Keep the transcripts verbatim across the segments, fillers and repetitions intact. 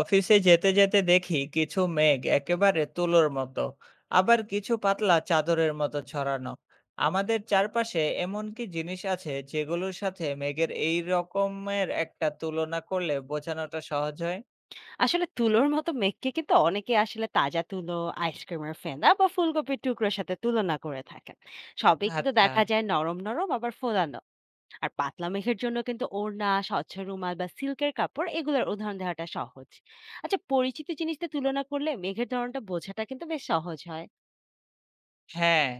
অফিসে যেতে যেতে দেখি কিছু মেঘ একেবারে তুলোর মতো, আবার কিছু পাতলা চাদরের মতো ছড়ানো। আমাদের চারপাশে এমন কি জিনিস আছে যেগুলোর সাথে মেঘের এই রকমের একটা তুলনা করলে বোঝানোটা সহজ হয়? আসলে তুলোর মতো মেঘকে কিন্তু অনেকে আসলে তাজা তুলো, আইসক্রিমের ফেনা বা ফুলকপির টুকরোর সাথে তুলনা করে থাকেন। সবই কিন্তু আচ্ছা। দেখা যায় নরম নরম আবার ফোলানো। আর পাতলা মেঘের জন্য কিন্তু ওড়না, স্বচ্ছ রুমাল বা সিল্কের কাপড় এগুলোর উদাহরণ দেওয়াটা সহজ। আচ্ছা, পরিচিত জিনিস দিয়ে তুলনা করলে মেঘের ধরনটা বোঝাটা কিন্তু বেশ সহজ হয়। হ্যাঁ,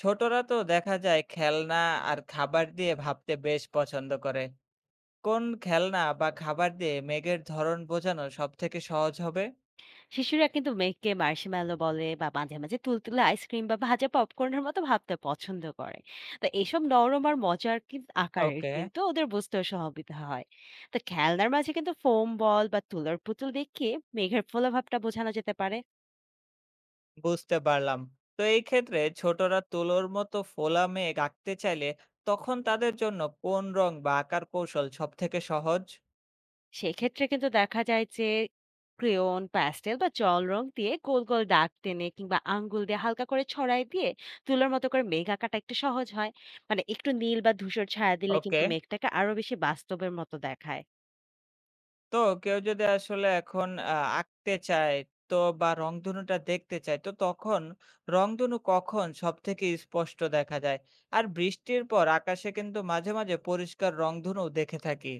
ছোটরা তো দেখা যায় খেলনা আর খাবার দিয়ে ভাবতে বেশ পছন্দ করে। কোন খেলনা বা খাবার দিয়ে মেঘের ধরন বোঝানো সব থেকে সহজ হবে? শিশুরা কিন্তু মেঘকে মার্শমেলো বলে বা মাঝে মাঝে তুলতুলে আইসক্রিম বা ভাজা পপকর্নের মতো ভাবতে পছন্দ করে। তো এইসব নরম আর মজার কিন্তু আকারের ওকে, কিন্তু ওদের বুঝতেও সহবিত হয়। তো খেলনার মাঝে কিন্তু ফোম বল বা তুলার পুতুল দেখিয়ে মেঘের ফোলাভাবটা বোঝানো যেতে পারে। বুঝতে পারলাম। তো এই ক্ষেত্রে ছোটরা তুলোর মতো ফোলা মেঘ আঁকতে চাইলে তখন তাদের জন্য কোন রং বা আঁকার কৌশল সব থেকে সহজ? সেক্ষেত্রে কিন্তু দেখা যায় যে ক্রেয়ন, প্যাস্টেল বা জল রং দিয়ে গোল গোল দাগ টেনে কিংবা আঙ্গুল দিয়ে হালকা করে ছড়াই দিয়ে তুলোর মতো করে মেঘ আঁকাটা একটু সহজ হয়। মানে একটু নীল বা ধূসর ছায়া দিলে ওকে। কিন্তু মেঘটাকে আরো বেশি বাস্তবের মতো দেখায়। তো কেউ যদি আসলে এখন আহ, আঁকতে চায়, তো বা রংধনুটা দেখতে চায় তো তখন রংধনু কখন সব থেকে স্পষ্ট দেখা যায়? আর বৃষ্টির পর আকাশে কিন্তু মাঝে মাঝে পরিষ্কার রংধনু দেখে থাকি।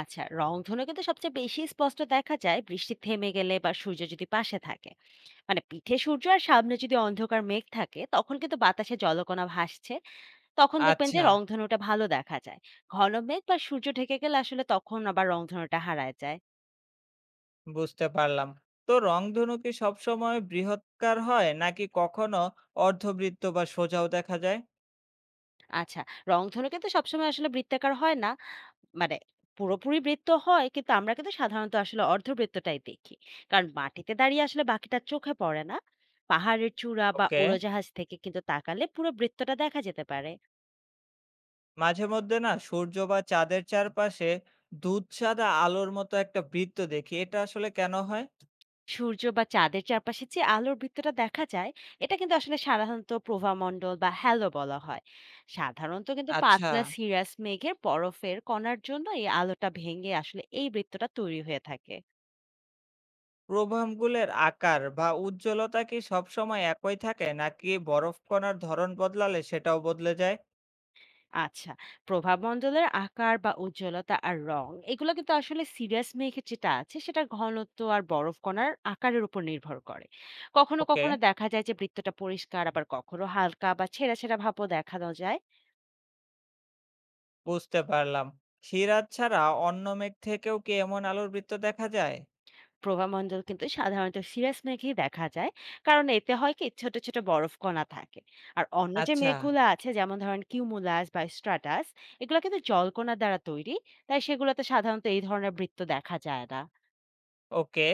আচ্ছা, রংধনু কিন্তু সবচেয়ে বেশি স্পষ্ট দেখা যায় বৃষ্টি থেমে গেলে বা সূর্য যদি পাশে থাকে। মানে পিঠে সূর্য আর সামনে যদি অন্ধকার মেঘ থাকে, তখন কিন্তু বাতাসে জলকণা ভাসছে। তখন দেখবেন যে আচ্ছা, রংধনুটা ভালো দেখা যায়। ঘন মেঘ বা সূর্য ঢেকে গেলে আসলে তখন আবার রংধনুটা হারায় যায়। বুঝতে পারলাম। তো রংধনু কি সবসময় বৃহৎকার হয় নাকি কখনো অর্ধবৃত্ত বা সোজাও দেখা যায়? আচ্ছা, রংধনু কিন্তু সবসময় আসলে বৃত্তাকার হয় না। মানে পুরোপুরি বৃত্ত হয় কিন্তু আমরা কিন্তু সাধারণত আসলে অর্ধবৃত্তটাই দেখি। কারণ মাটিতে দাঁড়িয়ে আসলে বাকিটা চোখে পড়ে না। পাহাড়ের চূড়া বা ওকে। উড়োজাহাজ থেকে কিন্তু তাকালে পুরো বৃত্তটা দেখা যেতে পারে। মাঝে মধ্যে না সূর্য বা চাঁদের চারপাশে দুধ সাদা আলোর মতো একটা বৃত্ত দেখি। এটা আসলে কেন হয়? সূর্য বা চাঁদের চারপাশে যে আলোর বৃত্তটা দেখা যায়, এটা কিন্তু আসলে সাধারণত প্রভামণ্ডল বা হ্যালো বলা হয়। সাধারণত কিন্তু আচ্ছা। পাতলা সিরাস মেঘের বরফের কণার জন্য এই আলোটা ভেঙে আসলে এই বৃত্তটা তৈরি হয়ে থাকে। প্রভামগুলের আকার বা উজ্জ্বলতা কি সবসময় একই থাকে নাকি বরফকণার ধরন বদলালে সেটাও বদলে যায়? আচ্ছা, প্রভামণ্ডলের আকার বা উজ্জ্বলতা আর রং এগুলো কিন্তু আসলে সিরিয়াস মেঘের যেটা আছে সেটার ঘনত্ব আর বরফ কণার আকারের উপর নির্ভর করে। কখনো ওকে, কখনো দেখা যায় যে বৃত্তটা পরিষ্কার, আবার কখনো হালকা বা ছেঁড়া ছেঁড়া ভাবও দেখানো যায়। বুঝতে পারলাম। সিরাজ ছাড়া অন্য মেঘ থেকেও কি এমন আলোর বৃত্ত দেখা যায়? প্রভামণ্ডল কিন্তু সাধারণত সিরাস মেঘেই দেখা যায়, কারণ এতে হয় কি ছোট ছোট বরফ কণা থাকে। আর অন্য যে আচ্ছা। মেঘগুলো আছে, যেমন ধরেন কিউমুলাস বা স্ট্রাটাস, এগুলো কিন্তু জলকণার দ্বারা তৈরি, তাই সেগুলোতে সাধারণত এই ধরনের বৃত্ত দেখা যায় না। ওকে।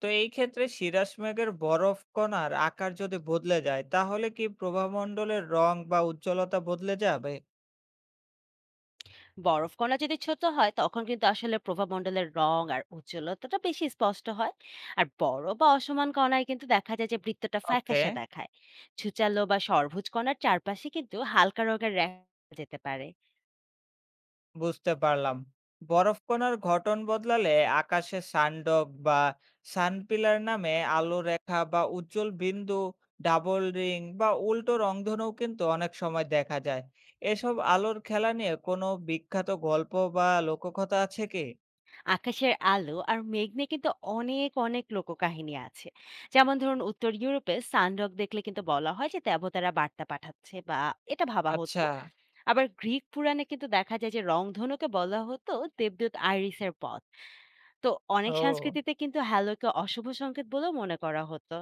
তো এই ক্ষেত্রে শিরাষ মেঘের বরফ কণার আকার যদি বদলে যায়, তাহলে কি প্রভামণ্ডলের রং বা উজ্জ্বলতা বদলে যাবে? বরফ কণা যদি ছোট হয় তখন কিন্তু আসলে প্রভামণ্ডলের রং আর উজ্জ্বলতাটা বেশি স্পষ্ট হয়। আর বড় বা অসমান কণায় কিন্তু দেখা যায় যে বৃত্তটা ওকে, ফ্যাকাশে দেখায়। ছুচালো বা সর্বোজ কণার চারপাশে কিন্তু হালকা রঙের রেখা যেতে পারে। বুঝতে পারলাম। বরফ কণার গঠন বদলালে আকাশে সানডগ বা সানপিলার নামে আলো রেখা বা উজ্জ্বল বিন্দু, ডাবল রিং বা উল্টো রংধনুও কিন্তু অনেক সময় দেখা যায়। এসব আলোর খেলা নিয়ে কোনো বিখ্যাত গল্প বা লোককথা আছে কি? আকাশের আলো আর মেঘ নিয়ে কিন্তু অনেক অনেক লোককাহিনী আছে। যেমন ধরুন, উত্তর ইউরোপে সানডগ দেখলে কিন্তু বলা হয় যে দেবতারা বার্তা পাঠাচ্ছে বা এটা ভাবা আচ্ছা। হতো। আবার গ্রিক পুরাণে কিন্তু দেখা যায় যে রংধনুকে বলা হতো দেবদূত আইরিসের পথ। তো অনেক ও। সংস্কৃতিতে কিন্তু হ্যালোকে অশুভ সংকেত বলেও মনে করা হতো।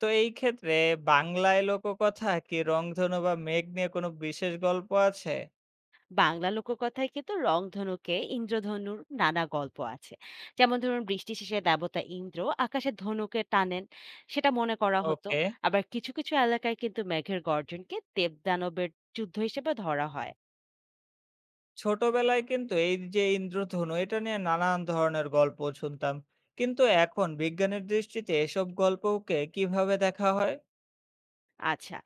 তো এই ক্ষেত্রে বাংলায় লোককথা কি রংধনু বা মেঘ নিয়ে কোনো বিশেষ গল্প আছে? বাংলা লোককথায় কিন্তু রংধনুকে ইন্দ্রধনুর নানা গল্প আছে। যেমন ধরুন, বৃষ্টি শেষে দেবতা ইন্দ্র আকাশে ধনুকে টানেন, সেটা মনে করা হতো। ওকে। আবার কিছু কিছু এলাকায় কিন্তু মেঘের গর্জনকে দেবদানবের যুদ্ধ হিসেবে ধরা হয়। ছোটবেলায় কিন্তু এই যে ইন্দ্রধনু, এটা নিয়ে নানান ধরনের গল্প শুনতাম, কিন্তু এখন বিজ্ঞানের দৃষ্টিতে এসব গল্পকে কিভাবে দেখা হয়? আচ্ছা,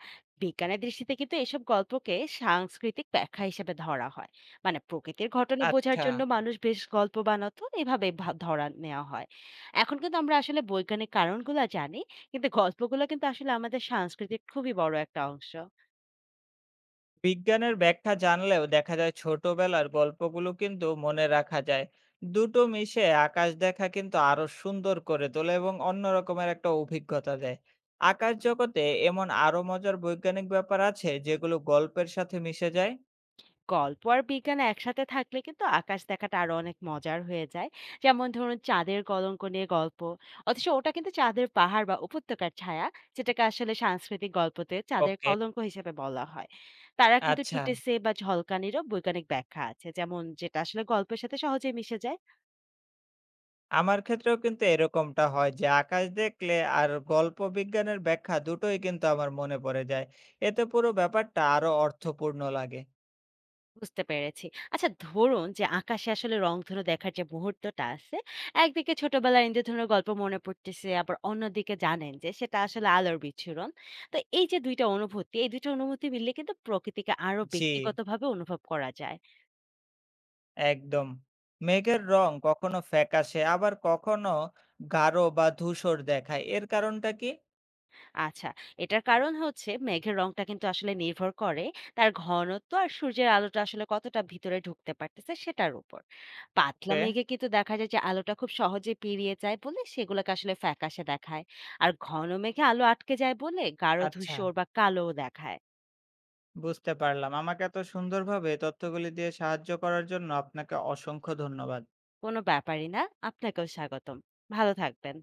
বিজ্ঞানের দৃষ্টিতে কিন্তু এসব গল্পকে সাংস্কৃতিক ব্যাখ্যা হিসেবে ধরা হয়। মানে প্রকৃতির ঘটনা বোঝার আচ্ছা। জন্য মানুষ বেশ গল্প বানাতো, এভাবে ভা- ধরা নেওয়া হয়। এখন কিন্তু আমরা আসলে বৈজ্ঞানিক কারণগুলো জানি, কিন্তু গল্পগুলো কিন্তু আসলে আমাদের সাংস্কৃতিক খুবই বড় একটা অংশ। বিজ্ঞানের ব্যাখ্যা জানলেও দেখা যায় ছোটবেলার গল্পগুলো কিন্তু মনে রাখা যায়, দুটো মিশে আকাশ দেখা কিন্তু আরো সুন্দর করে তোলে এবং অন্য রকমের একটা অভিজ্ঞতা দেয়। আকাশ জগতে এমন আরো মজার বৈজ্ঞানিক ব্যাপার আছে যেগুলো গল্পের সাথে মিশে যায়? গল্প আর বিজ্ঞান একসাথে থাকলে কিন্তু আকাশ দেখাটা আরো অনেক মজার হয়ে যায়। যেমন ধরুন চাঁদের কলঙ্ক নিয়ে গল্প, অথচ ওটা কিন্তু চাঁদের পাহাড় বা উপত্যকার ছায়া, যেটাকে আসলে সাংস্কৃতিক গল্পতে চাঁদের ওকে। কলঙ্ক হিসেবে বলা হয়। তারা কিন্তু আচ্ছা। টুটেসে বা ঝলকানিরও বৈজ্ঞানিক ব্যাখ্যা আছে, যেমন যেটা আসলে গল্পের সাথে সহজে মিশে যায়। আমার ক্ষেত্রেও কিন্তু এরকমটা হয় যে আকাশ দেখলে আর গল্প বিজ্ঞানের ব্যাখ্যা দুটোই কিন্তু আমার মনে পড়ে যায়। এতে পুরো ব্যাপারটা আরো অর্থপূর্ণ লাগে। বুঝতে পেরেছি। আচ্ছা, ধরুন যে আকাশে আসলে রংধনু দেখার যে মুহূর্তটা আছে, একদিকে ছোটবেলার ইন্দ্রধনুর গল্প মনে পড়তেছে, আবার অন্যদিকে জানেন যে সেটা আসলে আলোর বিচ্ছুরণ। তো এই যে দুই টা অনুভূতি, এই দুই টা অনুভূতি মিললে কিন্তু প্রকৃতিকে আরো জি, ব্যক্তিগতভাবে অনুভব করা যায়। একদম। মেঘের রং কখনো ফ্যাকাশে আবার কখনো গাঢ় বা ধূসর দেখায়। এর কারণটা কি? আচ্ছা, এটার কারণ হচ্ছে মেঘের রংটা কিন্তু আসলে নির্ভর করে তার ঘনত্ব আর সূর্যের আলোটা আসলে কতটা ভিতরে ঢুকতে পারতেছে সেটার উপর। পাতলা ওকে, মেঘে কিন্তু দেখা যায় যে আলোটা খুব সহজে পেরিয়ে যায় বলে সেগুলোকে আসলে ফ্যাকাশে দেখায়। আর ঘন মেঘে আলো আটকে যায় বলে গাঢ় আচ্ছা, ধূসর বা কালোও দেখায়। বুঝতে পারলাম। আমাকে এত সুন্দরভাবে তথ্যগুলি দিয়ে সাহায্য করার জন্য আপনাকে অসংখ্য ধন্যবাদ। কোনো ব্যাপারই না। আপনাকেও স্বাগতম। ভালো থাকবেন।